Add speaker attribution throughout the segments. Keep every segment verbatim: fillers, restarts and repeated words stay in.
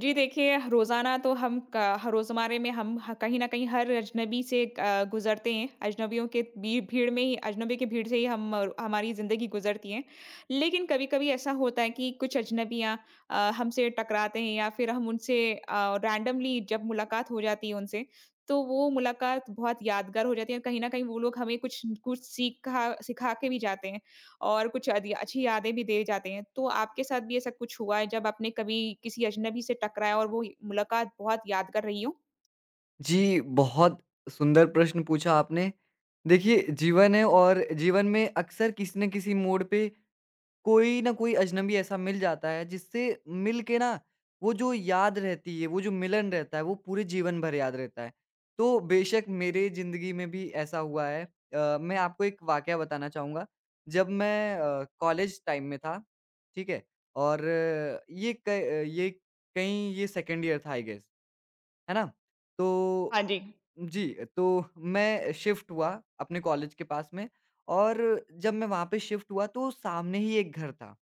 Speaker 1: जी देखिए, रोज़ाना तो हम क ह रोज़मर्रे में हम ह कहीं न कहीं हर अजनबी से अ, गुज़रते हैं। अजनबियों के बी भीड़ में ही अजनबी की भीड़ से ही हम और हमारी ज़िंदगी गुज़रती है। लेकिन कभी-कभी ऐसा होता है कि कुछ अजनबियाँ अ, हमसे टकराते हैं या फिर हम उनसे अ, रैंडमली जब मुलाकात हो जाती है उनसे, तो वो मुलाकात बहुत यादगार हो जाती है। कहीं न कहीं वो लोग हमें कुछ कुछ सीखा सिखा के भी जाते हैं। और कुछ अद अच्छी यादें भी दे जाते हैं। तो आपके साथ भी ऐसा कुछ हुआ है जब आपने कभी किसी अजनबी से टकराया और वो मुलाकात बहुत यादगार रही हो?
Speaker 2: जी, बहुत सुंदर प्रश्न पूछा आपने। देखिए, जीवन है और जीवन में अक्सर किसी न किसी मोड़ पे कोई न कोई अजनबी ऐसा मिल जाता है, जिससे मिल के ना वो जो याद रहती है, वो जो मिलन रहता है, वो पूरे जीवन भर याद रहता है। तो बेशक मेरे ज़िंदगी में भी ऐसा हुआ है। अ, मैं आपको एक वाकया बताना चाहूँगा। जब मैं अ, कॉलेज टाइम में था, ठीक है? और अ, ये क ये कहीं ये सेकंड ईयर था आई गेस, है ना? तो
Speaker 1: हाँ जी,
Speaker 2: जी, तो मैं शिफ्ट हुआ अपने कॉलेज के पास में और जब मैं वहाँ पे शिफ्ट हुआ तो सामने ही एक घर था,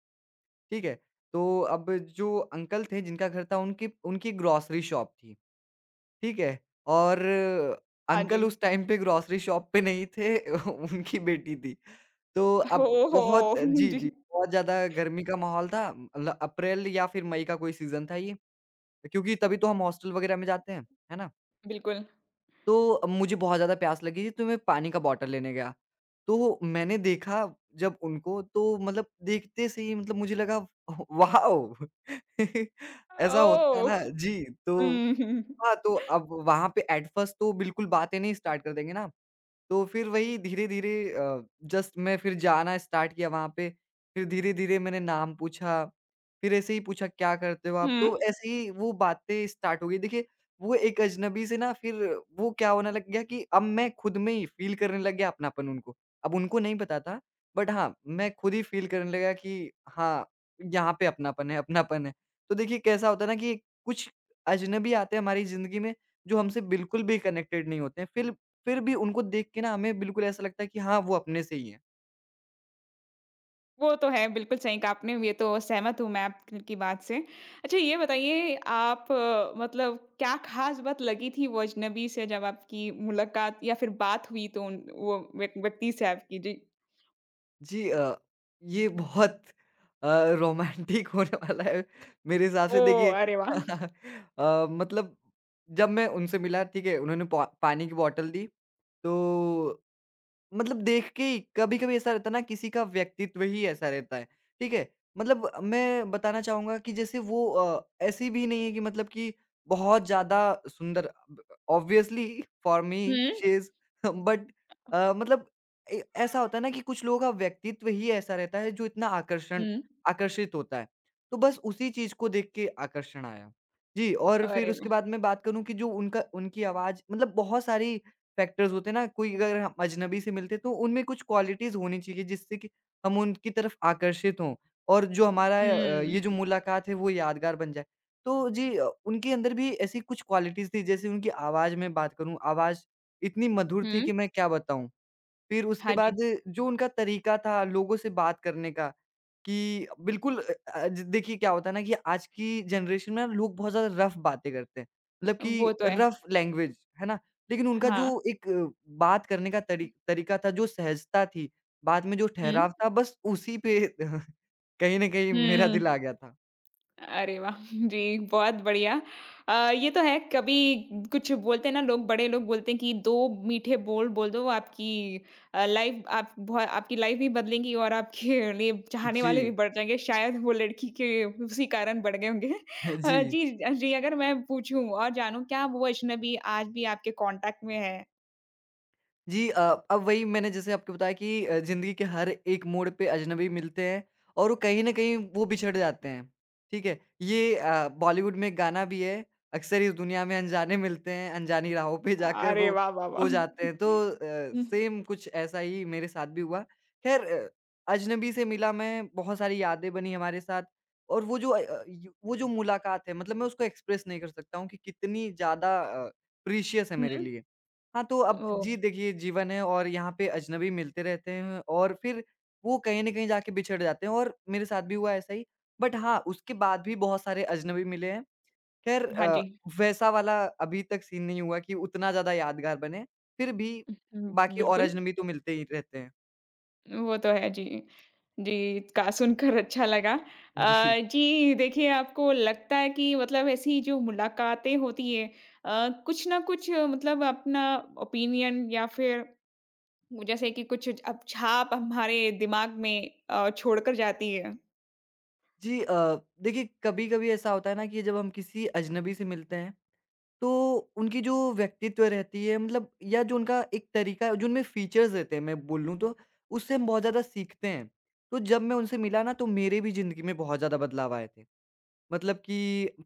Speaker 2: ठीक है? तो अब जो अंकल थे जिनका घर था उनकी उनकी ग्रोसरी शॉप थी, ठीक है? और
Speaker 1: हाँ जी।
Speaker 2: अंकल उस टाइम पे ग्रोसरी शॉप पे नहीं थे उनकी बेटी थी। तो अब
Speaker 1: ओहो!
Speaker 2: बहुत जी,
Speaker 1: जी,
Speaker 2: जी, बहुत ज़्यादा गर्मी का माहौल था मतलब अप्रैल या फिर मई का कोई सीज़न था ये, क्योंकि तभी तो हम हॉस्टल वगैरह में जाते हैं, है ना?
Speaker 1: बिल्कुल।
Speaker 2: तो मुझे बहुत ज़्यादा प्यास लगी थी तो मैं पानी का बॉटल लेने गया। तो मैंने देखा जब उनको तो मतलब देखते से ही मतलब मुझे लगा वॉव! ऐसा होता है
Speaker 1: ओह!
Speaker 2: ना जी, तो
Speaker 1: हुँ, हुँ।
Speaker 2: हाँ, तो अब वहाँ पे एट फर्स्ट तो बिल्कुल बातें नहीं स्टार्ट कर देंगे ना। तो फिर वही धीरे-धीरे अ, जस्ट मैं फिर जाना स्टार्ट किया वहाँ पे, फिर धीरे-धीरे मैंने नाम पूछा, फिर ऐसे ही पूछा क्या करते हो आप? तो
Speaker 1: हुँ,
Speaker 2: ऐसे ही वो बातें स्टार्ट हो गई। देखिए, वो एक अजनबी से ना फिर वो क्या होने लग गया कि अब मैं खुद में ही फ़ील करने लग गया अपनापन उनको। अब उनको नहीं पता था, बट हाँ, मैं खुद ही फ़ील करने लगा कि हाँ, यहाँ पे अपनापन है, अपनापन है। तो देखिए कैसा होता है ना कि कुछ अजनबी आते हैं हमारी ज़िंदगी में जो हमसे बिल्कुल भी कनेक्टेड नहीं होते हैं, फिर फिर भी उनको देख के ना हमें बिल्कुल ऐसा लगता है कि हाँ, वो अपने से ही हैं।
Speaker 1: वो तो है, बिल्कुल सही कहा आपने, ये तो सहमत हूँ मैं आपकी बात से। अच्छा ये बताइए आप अ, मतलब क्या ख़ास बात लगी थी वो अजनबी से जब आपकी मुलाकात या फिर बात हुई तो उन वो व्य व्यक्ति से आपकी? जी।
Speaker 2: जी अ, ये बहुत अ, रोमांटिक होने वाला है मेरे हिसाब से देखिए
Speaker 1: ओह! अरे वाह!
Speaker 2: अ, मतलब जब मैं उनसे मिला ठीक है, उन्होंने पा पानी की बॉटल दी, तो मतलब देख के ही कभी-कभी ऐसा रहता है ना किसी का व्यक्तित्व ही ऐसा रहता है, ठीक है? मतलब मैं बताना चाहूँगा कि जैसे वो अ, ऐसी भी नहीं है कि मतलब कि बहुत ज़्यादा सुंदर ब ऑब्वियसली फॉर मी
Speaker 1: हुँ।
Speaker 2: शी इज़ बट अ, मतलब ए ऐसा होता है ना कि कुछ लोगों का व्यक्तित्व ही ऐसा रहता है जो इतना आकर्षण
Speaker 1: हुँ।
Speaker 2: आकर्षित होता है। तो बस उसी चीज़ को देख के आकर्षण आया। जी, और फिर
Speaker 1: अरे
Speaker 2: उसके
Speaker 1: वाह!
Speaker 2: बाद मैं बात करूँ कि जो उनका उनकी आवाज़ मतलब बहुत सारी फैक्टर्स होते हैं ना, कोई अगर हम अजनबी से मिलते हैं, तो उनमें कुछ क्वालिटीज़ होनी चाहिए जिससे कि हम उनकी तरफ आकर्षित हों और जो हमारा अ, ये
Speaker 1: हुँ,
Speaker 2: जो मुलाकात है वो यादगार बन जाए। तो जी अ, उनके अंदर भी ऐसी कुछ क्वालिटीज़ थी जैसे उनकी आवाज़ में बात करूँ, आवाज़ इतनी मधुर थी
Speaker 1: हुँ।
Speaker 2: कि मैं क्या बताऊँ। फिर उसके
Speaker 1: हाँ
Speaker 2: बाद
Speaker 1: जी,
Speaker 2: जो उनका तरीका था लोगों से बात करने का कि बिल्कुल अ अ, ज देखिए क्या होता है ना कि आज की जनरेशन में ना लोग बहुत ज़्यादा रफ़ बातें करते हैं। मतलब कि
Speaker 1: वो तो है।
Speaker 2: रफ़ लैंग्वेज, है ना? लेकिन उनका
Speaker 1: हाँ।
Speaker 2: जो एक अ, बात करने का तरी तरीका था, जो सहजता थी, बाद में जो
Speaker 1: हुँ,
Speaker 2: ठहराव था, बस उसी पे कहीं न कहीं मेरा दिल आ
Speaker 1: हुँ।
Speaker 2: गया था।
Speaker 1: अरे वाह! जी, बहुत बढ़िया। अ, ये तो है कभी कुछ बोलते हैं ना लोग बड़े लोग बोलते हैं कि दो मीठे बोल बोल दो आपकी अ, लाइफ़ आप बहुत आपकी लाइफ़ भी बदलेंगी और आपके लिए चाहने
Speaker 2: जी।
Speaker 1: वाले भी बढ़ जाएँगे, शायद वो लड़की के उसी कारण बढ़ गए होंगे। अ,
Speaker 2: जी।
Speaker 1: जी, जी अगर मैं पूछूँ और जानूँ क्या वो अजनबी आज भी आपके कॉन्टैक्ट में है?
Speaker 2: जी अ, अब वही मैंने जैसे आपको बताया कि अ, ज़िंदगी के हर एक मोड़ पे अजनबी मिलते हैं और वो कहीं न कहीं वो बिछड़ जाते हैं, ठीक है? ये अ, बॉलीवुड में एक गाना भी है, अक्सर इस दुनिया में अनजाने मिलते हैं, अनजानी राहों पे जाकर
Speaker 1: अरे
Speaker 2: वो
Speaker 1: वाह, वाह,
Speaker 2: खो
Speaker 1: वाह!
Speaker 2: जाते हैं। तो अ,
Speaker 1: हुँ,
Speaker 2: सेम कुछ ऐसा ही मेरे साथ भी हुआ। ख़ैर अ, अजनबी से मिला मैं, बहुत सारी यादें बनी हमारे साथ और वो जो अ अ, यू वो जो मुलाकात है मतलब मैं उसको एक्सप्रेस नहीं कर सकता हूँ कि कितनी ज़्यादा अ, प्रीशियस है
Speaker 1: हुँ,
Speaker 2: मेरे लिए। हाँ, तो अब
Speaker 1: ओह!
Speaker 2: जी, देखिए जीवन है और यहाँ पे अजनबी मिलते रहते हैं और फिर वो कहीं न कहीं जाके बिछड़ जाते हैं और मेरे साथ भी हुआ ऐसा ही। बट हाँ, उसके बाद भी बहुत सारे अजनबी मिले हैं। ख़ैर
Speaker 1: हाँ
Speaker 2: अ,
Speaker 1: जी।
Speaker 2: वैसा वाला अभी तक सीन नहीं हुआ कि उतना ज़्यादा यादगार बने, फिर भी
Speaker 1: हुँ,
Speaker 2: बाकी और
Speaker 1: बिल्कुल,
Speaker 2: अजनबी तो मिलते ही रहते हैं।
Speaker 1: वो तो है जी। जी, का सुनकर अच्छा लगा।
Speaker 2: जी।
Speaker 1: अ, जी देखिए आपको लगता है कि मतलब ऐसी जो मुलाकातें होती हैं अ, कुछ ना कुछ मतलब अपना ओपिनियन या फिर जैसे कि कुछ अब छाप हमारे दिमाग में अ, छोड़कर जाती है।
Speaker 2: जी अ, देखिए कभी-कभी ऐसा होता है ना कि जब हम किसी अजनबी से मिलते हैं तो उनकी जो व्यक्तित्व रहती है मतलब या जो उनका एक तरीका है, जो उनमें फीचर्स रहते हैं मैं बोलूँ तो, उससे हम बहुत ज़्यादा सीखते हैं। तो जब मैं उनसे मिला ना तो मेरे भी ज़िंदगी में बहुत ज़्यादा बदलाव आए थे। मतलब कि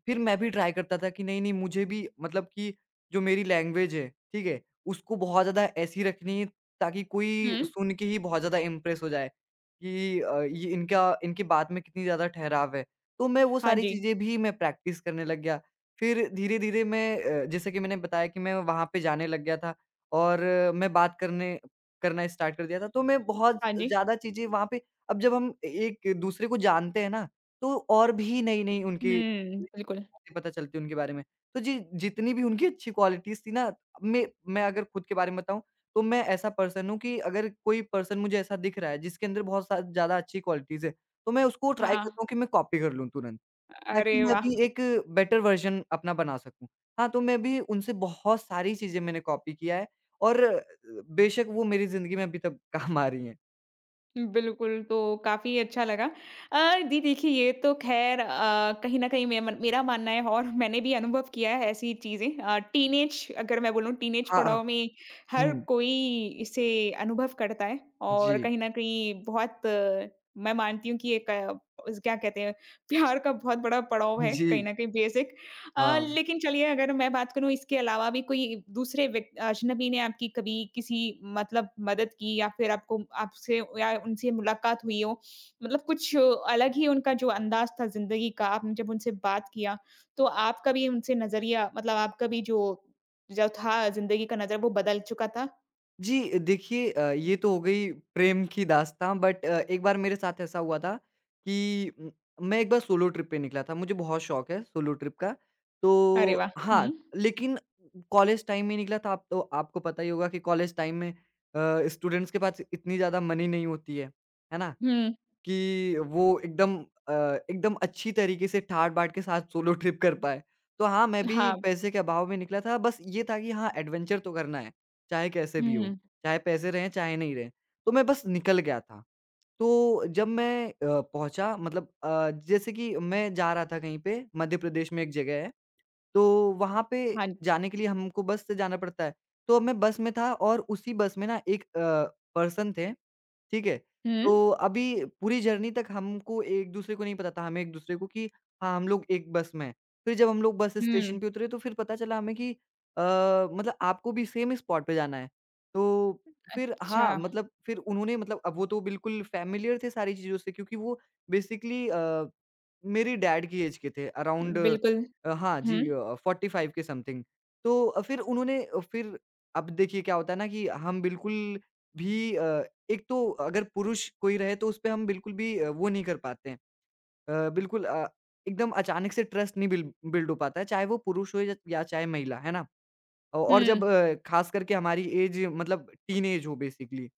Speaker 2: फिर मैं भी ट्राई करता था कि नहीं-नहीं मुझे भी मतलब कि जो मेरी लैंग्वेज है, ठीक है? उसको बहुत ज़्यादा ऐसी रखनी है ताकि कोई
Speaker 1: हुँ,
Speaker 2: सुन के ही बहुत ज़्यादा इम्प्रेस हो जाए कि अ, ये इनका इनकी बात में कितनी ज़्यादा ठहराव है। तो मैं वो
Speaker 1: हाँ
Speaker 2: सारी
Speaker 1: जी,
Speaker 2: चीज़ें भी मैं प्रैक्टिस करने लग गया। फिर धीरे-धीरे मैं अ, जैसे कि मैंने बताया कि मैं वहाँ पे जाने लग गया था और अ, मैं बात करने करना स्टार्ट कर दिया था। तो मैं बहुत
Speaker 1: हाँ जी।
Speaker 2: ज़्यादा चीज़ें वहाँ पे अब जब हम एक दूसरे को जानते हैं ना तो और भी नई-नई उनकी
Speaker 1: हुँ, बिल्कुल।
Speaker 2: बातें पता चलती है उनके बारे में। तो जी, जितनी भी उनकी अच्छी क्वालिटीज़ थी ना, मैं मैं अगर खुद के बारे में बताऊँ, तो मैं ऐसा पर्सन हूँ कि अगर कोई पर्सन मुझे ऐसा दिख रहा है, जिसके अंदर बहुत सा ज़्यादा अच्छी क्वालिटीज़ है, तो मैं उसको ट्राई
Speaker 1: हाँ,
Speaker 2: करता हूँ कि मैं कॉपी कर लूँ तुरंत,
Speaker 1: अरे
Speaker 2: ताकि मैं
Speaker 1: वाह!
Speaker 2: भी एक बेटर वर्ज़न अपना बना सकूँ। हाँ, तो मैं भी उनसे बहुत सारी चीज़ें मैंने कॉपी किया है और अ, बेशक वो मेरी ज़िंदगी में अभी तक काम आ रही हैं।
Speaker 1: बिल्कुल, तो काफ़ी अच्छा लगा। अ, दी देखिए ये तो ख़ैर अ, कहीं न कहीं मे मन मेरा मानना है और मैंने भी अनुभव किया है ऐसी चीज़ें। अ, टीनेज अगर मैं बोलूँ टीनेज
Speaker 2: हाँ, हाँ।
Speaker 1: पड़ाव में हर
Speaker 2: हुँ।
Speaker 1: कोई इसे अनुभव करता है और
Speaker 2: जी।
Speaker 1: कहीं न कहीं बहुत अ, मैं मानती हूँ कि एक अ, उस क्या कहते हैं, प्यार का बहुत बड़ा पड़ाव है, कहीं
Speaker 2: जी।
Speaker 1: न कहीं बेसिक। अ,
Speaker 2: हाँ।
Speaker 1: लेकिन चलिए अगर मैं बात करूँ इसके अलावा भी कोई दूसरे व्यक्ति अजनबी ने आपकी कभी किसी मतलब मदद की या फिर आपको आपसे या उनसे मुलाकात हुई हो, मतलब कुछ अलग ही उनका जो अंदाज़ था ज़िंदगी का, आपने जब उनसे बात किया, तो आपका भी उनसे नज़रिया मतलब आपका भी जो जो था ज़िंदगी का नज़र वो बदल चुका था?
Speaker 2: जी, देखिए अ, ये
Speaker 1: हुँ।
Speaker 2: तो हो गई प्रेम की दास्ताँ बट अ, एक बार मेरे साथ ऐसा हुआ था कि उम, मैं एक बार सोलो ट्रिप पे निकला था, मुझे बहुत शौक है सोलो ट्रिप का।
Speaker 1: अरे
Speaker 2: तो
Speaker 1: वाह!
Speaker 2: हाँ,
Speaker 1: हुँ।
Speaker 2: लेकिन कॉलेज टाइम में निकला था, आप तो आपको पता ही होगा कि कॉलेज टाइम में अ, स्टूडेंट्स के पास इतनी ज़्यादा मनी नहीं होती है, है ना?
Speaker 1: हुँ,
Speaker 2: कि वो एकदम अ, एकदम अच्छी तरीके से ठाट-बाट के साथ सोलो ट्रिप कर पाए। तो हाँ, मैं भी
Speaker 1: हाँ,
Speaker 2: पैसे के अभाव में निकला था, बस ये था कि हाँ, एडवेंचर तो करना है, चाहे कैसे भी हो,
Speaker 1: हुँ,
Speaker 2: चाहे पैसे रहें, चाहे नहीं रहें। तो मैं बस निकल गया था। तो जब मैं अ, पहुँचा मतलब अ, जैसे कि मैं जा रहा था कहीं पे, मध्य प्रदेश में एक जगह है, तो वहाँ पे
Speaker 1: हाँ,
Speaker 2: जाने के लिए हमको बस से जाना पड़ता है। तो मैं बस में था और उसी बस में ना एक अ, पर्सन थे ठीक है?
Speaker 1: हुँ,
Speaker 2: तो अभी पूरी जर्नी तक हमको एक-दूसरे को नहीं पता था, हमें एक-दूसरे को कि हाँ, हम लोग एक बस में हैं। फिर जब हम लोग बस
Speaker 1: हुँ,
Speaker 2: स्टेशन पे उतरे तो फिर पता चला हमें कि अ, मतलब आपको भी सेम स्पॉट पे जाना है। तो फिर
Speaker 1: अच्छा,
Speaker 2: हाँ, मतलब फिर उन्होंने मतलब अब वो तो बिल्कुल फ़ैमिलियर थे सारी चीज़ों से क्योंकि वो बेसिकली अ मेरी डैड की एज के थे अराउंड
Speaker 1: बिल्कुल,
Speaker 2: अ, हाँ जी
Speaker 1: हुँ,
Speaker 2: अ, फ़ोर्टी फ़ाइव के समथिंग। तो अ, फिर उन्होंने अ, फिर अब देखिए क्या होता है ना कि हम बिल्कुल भी अ, एक तो अगर पुरुष कोई रहे तो उसपे हम बिल्कुल भी अ, वो नहीं कर पाते हैं अ, बिल्कुल अ, एकदम अचानक से ट्रस्ट नहीं बिल बिल्ड हो पाता है, चाहे वो पुरुष हो या या चाहे महिला, है ना? औ और
Speaker 1: हुँ,
Speaker 2: जब अ, खास करके हमारी ऐज मतलब टीनेज हो बेसिकली।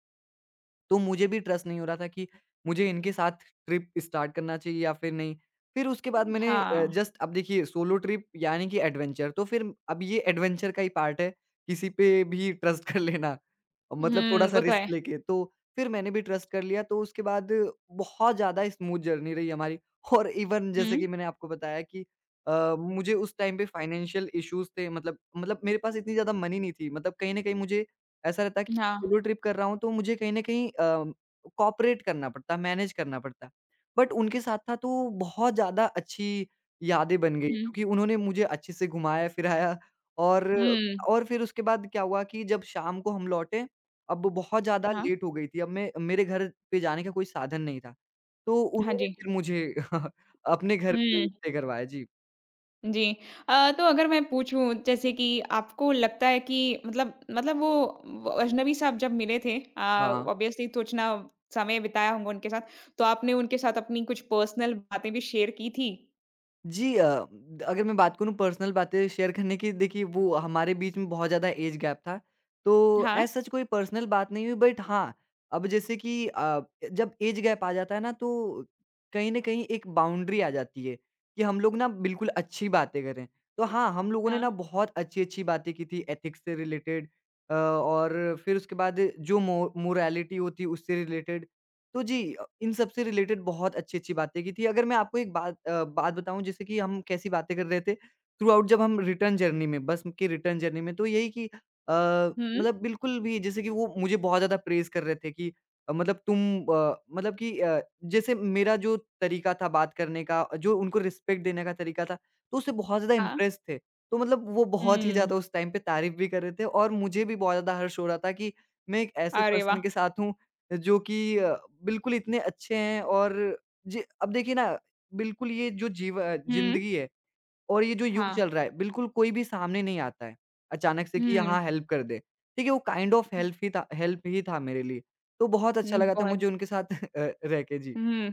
Speaker 2: तो मुझे भी ट्रस्ट नहीं हो रहा था कि मुझे इनके साथ ट्रिप स्टार्ट करना चाहिए या फिर नहीं। फिर उसके बाद मैंने अ,
Speaker 1: हाँ।
Speaker 2: जस्ट अब देखिए सोलो ट्रिप यानी कि एडवेंचर तो फिर अब ये एडवेंचर का ही पार्ट है, किसी पे भी ट्रस्ट कर लेना। मतलब
Speaker 1: हुँ,
Speaker 2: थोड़ा-सा
Speaker 1: वो तो
Speaker 2: रिस्क
Speaker 1: है।
Speaker 2: लेके, तो फिर मैंने भी ट्रस्ट कर लिया, तो उसके बाद बहुत ज़्यादा स्मूथ जर्नी रही हमारी और इवन जैसे कि
Speaker 1: हुँ,
Speaker 2: मैंने आपको बताया कि अ, मुझे उस टाइम पे फाइनेंशियल इश्यूज़ थे मतलब मतलब मेरे पास इतनी ज़्यादा मनी नहीं थी, मतलब कहीं न कहीं मुझे ऐसा रहता कि
Speaker 1: हाँ।
Speaker 2: सोलो ट्रिप कर रहा हूँ, तो मुझे कहीं न कहीं अ, कोऑपरेट करना पड़ता, मैनेज करना पड़ता। बट उनके साथ था, तो बहुत ज़्यादा अच्छी यादें बन गई
Speaker 1: हुँ,
Speaker 2: क्योंकि उन्होंने मुझे अच्छे से घुमाया-फिराया और
Speaker 1: हुँ।
Speaker 2: और फिर उसके बाद क्या हुआ कि जब शाम को हम लौटे अब बहुत ज़्यादा
Speaker 1: हाँ,
Speaker 2: लेट हो गई थी, अब मैं मेरे घर पे जाने का कोई साधन नहीं था। तो
Speaker 1: हाँ
Speaker 2: उन्होंने
Speaker 1: जी।
Speaker 2: फिर मुझे अपने घर पे
Speaker 1: हुँ,
Speaker 2: स्टे करवाया। जी,
Speaker 1: जी। अ, तो अगर मैं पूछूँ जैसे कि आपको लगता है कि मतलब मतलब वो व अजनबी से आप जब मिले थे अ,
Speaker 2: हाँ।
Speaker 1: ऑब्वियसली सोचना समय बिताया होंगा उनके साथ, तो आपने उनके साथ अपनी कुछ पर्सनल बातें भी शेयर की थी?
Speaker 2: जी अ, अगर मैं बात करूँ पर्सनल बातें शेयर करने की देखिए वो हमारे बीच में बहुत ज़्यादा एज गैप था। तो
Speaker 1: हाँ,
Speaker 2: एज़ सच कोई पर्सनल बात नहीं हुई बट हाँ, अब जैसे कि अ, जब एज गैप आ जाता है ना तो कहीं न कहीं एक बाउंड्री आ जाती है कि हम लोग ना बिल्कुल अच्छी बातें करें। तो हाँ, हम लोगों ने
Speaker 1: हाँ।
Speaker 2: ना बहुत अच्छी-अच्छी बातें की थी एथिक्स से रिलेटेड अ, और फिर उसके बाद जो मो मोरालिटी होती है उससे रिलेटेड। तो जी इन सब से रिलेटेड बहुत अच्छी-अच्छी बातें की थी। अगर मैं आपको एक बात अ, बात बताऊँ जैसे कि हम कैसी बातें कर रहे थे थ्रू आउट जब हम रिटर्न जर्नी में बस के रिटर्न जर्नी में तो यही कि अ,
Speaker 1: हुँ,
Speaker 2: मतलब बिल्कुल भी जैसे कि वो मुझे बहुत ज़्यादा प्रेज़ कर रहे थे कि अ, मतलब तुम अ, मतलब कि अ, जैसे मेरा जो तरीका था बात करने का, जो उनको रिस्पेक्ट देने का तरीका था, तो उससे बहुत ज़्यादा
Speaker 1: हाँ।
Speaker 2: इम्प्रेस थे। तो मतलब वो बहुत ही
Speaker 1: हुँ,
Speaker 2: ज़्यादा उस टाइम पे तारीफ़ भी कर रहे थे और मुझे भी बहुत ज़्यादा हर्ष हो रहा था कि मैं एक ऐसे
Speaker 1: अरे
Speaker 2: पर्सन
Speaker 1: वाह!
Speaker 2: के साथ हूँ जो कि अ, बिल्कुल इतने अच्छे हैं और जी अब देखिए ना बिल्कुल ये जो जीव अ,
Speaker 1: हुँ,
Speaker 2: ज़िंदगी है और ये जो युग
Speaker 1: हाँ।
Speaker 2: चल रहा है, बिल्कुल कोई भी सामने नहीं आता है, अचानक से कि
Speaker 1: हुँ,
Speaker 2: हाँ, हेल्प कर दे। ठीक है, वो काइंड ऑफ हेल्प ही था हेल्प ही था मेरे लिए। तो बहुत अच्छा
Speaker 1: हुँ,
Speaker 2: लगा था मुझे
Speaker 1: बहुत
Speaker 2: उनके साथ अ, रह के। जी,
Speaker 1: हुँ।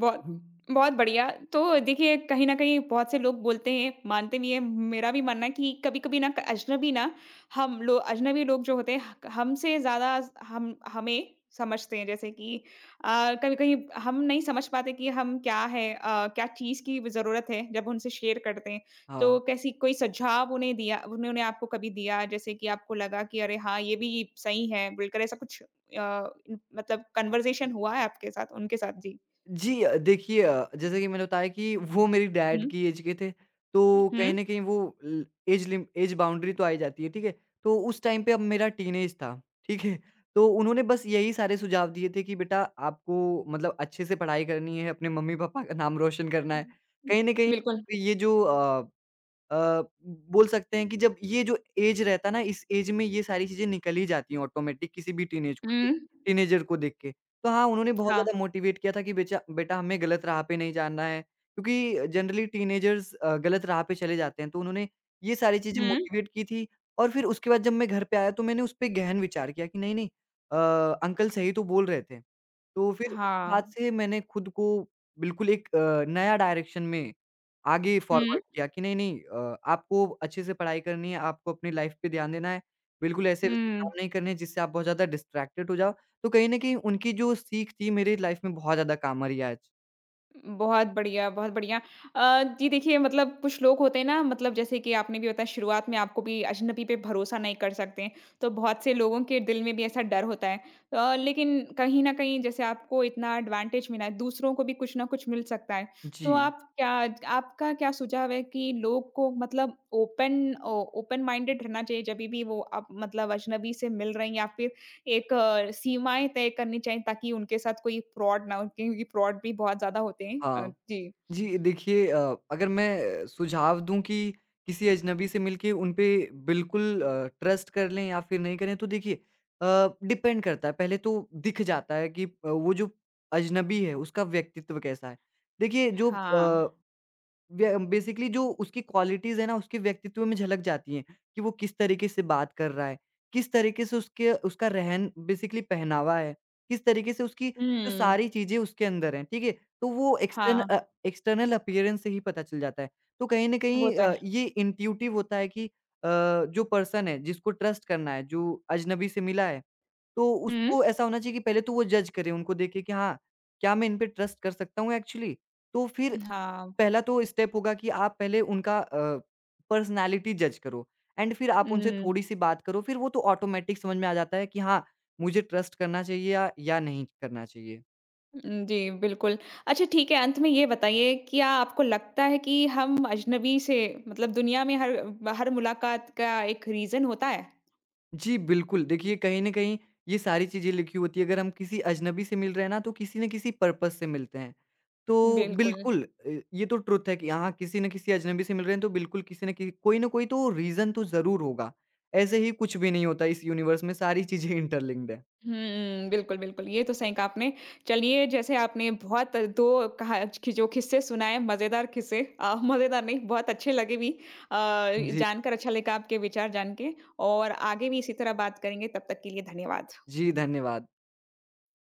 Speaker 1: बहुत बहुत बढ़िया। तो देखिए कहीं न कहीं बहुत से लोग बोलते हैं, मानते भी हैं, मेरा भी मानना है कि कभी-कभी ना अजनबी ना हम लो अजनबी लोग जो होते हैं हमसे ज़्यादा हम हमें समझते हैं। जैसे कि अ, कभी-कभी हम नहीं समझ पाते कि हम क्या है अ, क्या चीज़ की ज़रूरत है जब उनसे शेयर करते हैं। तो
Speaker 2: हाँ।
Speaker 1: कैसी कोई सुझाव उन्हें दिया उन्होंने उन्हें आपको कभी दिया जैसे कि आपको लगा कि अरे हाँ, ये भी सही है, बिल्कुल ऐसा कुछ अ, मतलब कन्वर्सेशन हुआ है आपके साथ उनके साथ? जी।
Speaker 2: जी अ, देखिए अ, जैसा कि मैंने बताया कि वो मेरी डैड
Speaker 1: हुँ,
Speaker 2: की एज के थे, तो कहीं
Speaker 1: हुँ।
Speaker 2: न कहीं वो ल एज लिम एज बाउंड्री तो आ ही जाती है, ठीक है? तो उस टाइम पे अब मेरा टीनेज था, ठीक है? तो उन्होंने बस यही सारे सुझाव दिए थे कि बेटा आपको मतलब अच्छे से पढ़ाई करनी है, अपने मम्मी-पापा का नाम रोशन करना है। कहीं न कहीं
Speaker 1: बिल्कुल।
Speaker 2: ये जो अ, अ, बोल सकते हैं कि जब ये जो एज रहता है ना, इस एज में ये सारी चीज़ें निकल ही जाती हैं ऑटोमैटिक किसी भी टीनेज को देख
Speaker 1: हुँ।
Speaker 2: टीनेजर को देख के। तो हाँ, उन्होंने बहुत
Speaker 1: हाँ।
Speaker 2: ज़्यादा मोटिवेट किया था कि बेचा बेटा हमें गलत राह पे नहीं जाना है, क्योंकि जनरली टीनेजर्स अ, गलत राह पे चले जाते हैं। तो उन्होंने ये सारी चीज़ें
Speaker 1: हुँ,
Speaker 2: मोटिवेट की थी और फिर उसके बाद जब मैं घर पे आया तो मैंने उसपे गहन विचार किया कि नहीं, नहीं अ, अंकल सही तो बोल रहे थे। तो फिर उसके बाद
Speaker 1: हाँ।
Speaker 2: से मैंने खुद को बिल्कुल एक अ, नया डायरेक्शन में आगे
Speaker 1: हुँ,
Speaker 2: फॉरवर्ड किया कि नहीं, नहीं अ, आपको अच्छे से पढ़ाई करनी है, आपको अपनी लाइफ़ पे ध्यान देना है। बिल्कुल ऐसे-वैसे
Speaker 1: हुँ।
Speaker 2: काम नहीं करने हैं जिससे आप बहुत ज़्यादा डिस्ट्रैक्टेड हो जाओ। तो कहीं न कहीं उनकी जो सीख थी मेरी लाइफ़ में बहुत ज़्यादा काम आ रही है आज।
Speaker 1: बहुत बढ़िया, बहुत बढ़िया। अ, जी देखिए मतलब कुछ लोग होते हैं ना मतलब जैसे कि आपने भी बताया शुरुआत में आपको भी अजनबी पे भरोसा नहीं कर सकते हैं, तो बहुत से लोगों के दिल में भी ऐसा डर होता है। अ, लेकिन कहीं न कहीं जैसे आपको इतना एडवांटेज मिला है, दूसरों को भी कुछ न कुछ मिल सकता है। तो
Speaker 2: जी,
Speaker 1: आप क्या आपका क्या सुझाव है कि लोग को मतलब ओपन ओ ओपन माइंडेड रहना चाहिए जभी भी वो आप मतलब अजनबी से मिल रहे हैं या फिर एक अ, सीमाएँ तय करनी चाहिए ताकि उनके साथ कोई फ्रॉड ना हो क्योंकि फ्रॉड भी बहुत ज़्यादा होते हैं अ,
Speaker 2: हाँ।
Speaker 1: जी।
Speaker 2: जी, देखिए अ, अगर मैं सुझाव दूँ कि किसी अजनबी से मिलके उन पे बिल्कुल अ, ट्रस्ट कर लें या फिर नहीं करें तो देखिए अ, डिपेंड करता है। पहले तो दिख जाता है कि अ, वो जो अजनबी है उसका व्यक्तित्व कैसा है। देखिए जो
Speaker 1: हाँ।
Speaker 2: अ व्य बेसिकली जो उसकी क्वालिटीज़ है ना, उसके व्यक्तित्व में झलक जाती हैं, कि वो किस तरीके से बात कर रहा है, किस तरीके से उसके उसका रहन बेसिकली पहनावा है, किस तरीके से उसकी जो
Speaker 1: हुँ।
Speaker 2: सारी चीज़ें उसके अंदर हैं, ठीक है? तो वो एक्सटर्न
Speaker 1: हाँ,
Speaker 2: अ, एक्सटर्नल अपीयरेंस से ही पता चल जाता है। तो कहीं न
Speaker 1: वो
Speaker 2: कहीं
Speaker 1: तो
Speaker 2: अ,
Speaker 1: है।
Speaker 2: ये इंट्यूटिव होता है कि अ, जो पर्सन है, जिसको ट्रस्ट करना है, जो अजनबी से मिला है तो
Speaker 1: हुँ,
Speaker 2: उसको ऐसा होना चाहिए कि पहले तो वो जज करे उनको देखे कि हाँ, क्या मैं इन पे ट्रस्ट कर सकता हूँ एक्चुअली? तो फिर
Speaker 1: हाँ।
Speaker 2: पहला तो स्टेप होगा कि आप पहले उनका अ, पर्सनैलिटी जज करो एंड फिर आप उनसे
Speaker 1: हुँ,
Speaker 2: थोड़ी-सी बात करो, फिर वो तो ऑटोमैटिक समझ में आ जाता है कि हाँ, मुझे ट्रस्ट करना चाहिए या या नहीं करना चाहिए।
Speaker 1: उम, जी, बिल्कुल। अच्छा ठीक है, अंत में ये बताइए क्या आपको लगता है कि हम अजनबी से मतलब दुनिया में हर हर मुलाकात का एक रीज़न होता है?
Speaker 2: जी, बिल्कुल। देखिए, कहीं न कहीं ये सारी चीज़ें लिखी होती हैं। अगर हम किसी अजनबी से मिल रहे हैं ना, तो किसी न किसी पर्पज़ से मिलते हैं। तो
Speaker 1: बिल्कुल।
Speaker 2: बिल्कुल अ, ये तो ट्रुथ है कि हाँ, किसी न किसी अजनबी से मिल रहे हैं तो बिल्कुल किसी न किसी कोई न कोई तो रीज़न तो ज़रूर होगा। ऐसे ही कुछ भी नहीं होता इस यूनिवर्स में सारी चीज़ें इंटरलिंक्ड है।
Speaker 1: हुँ, बिल्कुल, बिल्कुल, ये तो सही कहा आपने। चलिए, जैसे आपने बहुत 2 कहा कि जो किस्से सुनाए, मज़ेदार किस्से अ, मज़ेदार नहीं, बहुत अच्छे लगे भी अ,
Speaker 2: जी,
Speaker 1: जानकर अच्छा लगा आपके विचार जान के और आगे भी इसी तरह बात करेंगे, तब तक के लिए धन्यवाद।
Speaker 2: जी धन्यवाद।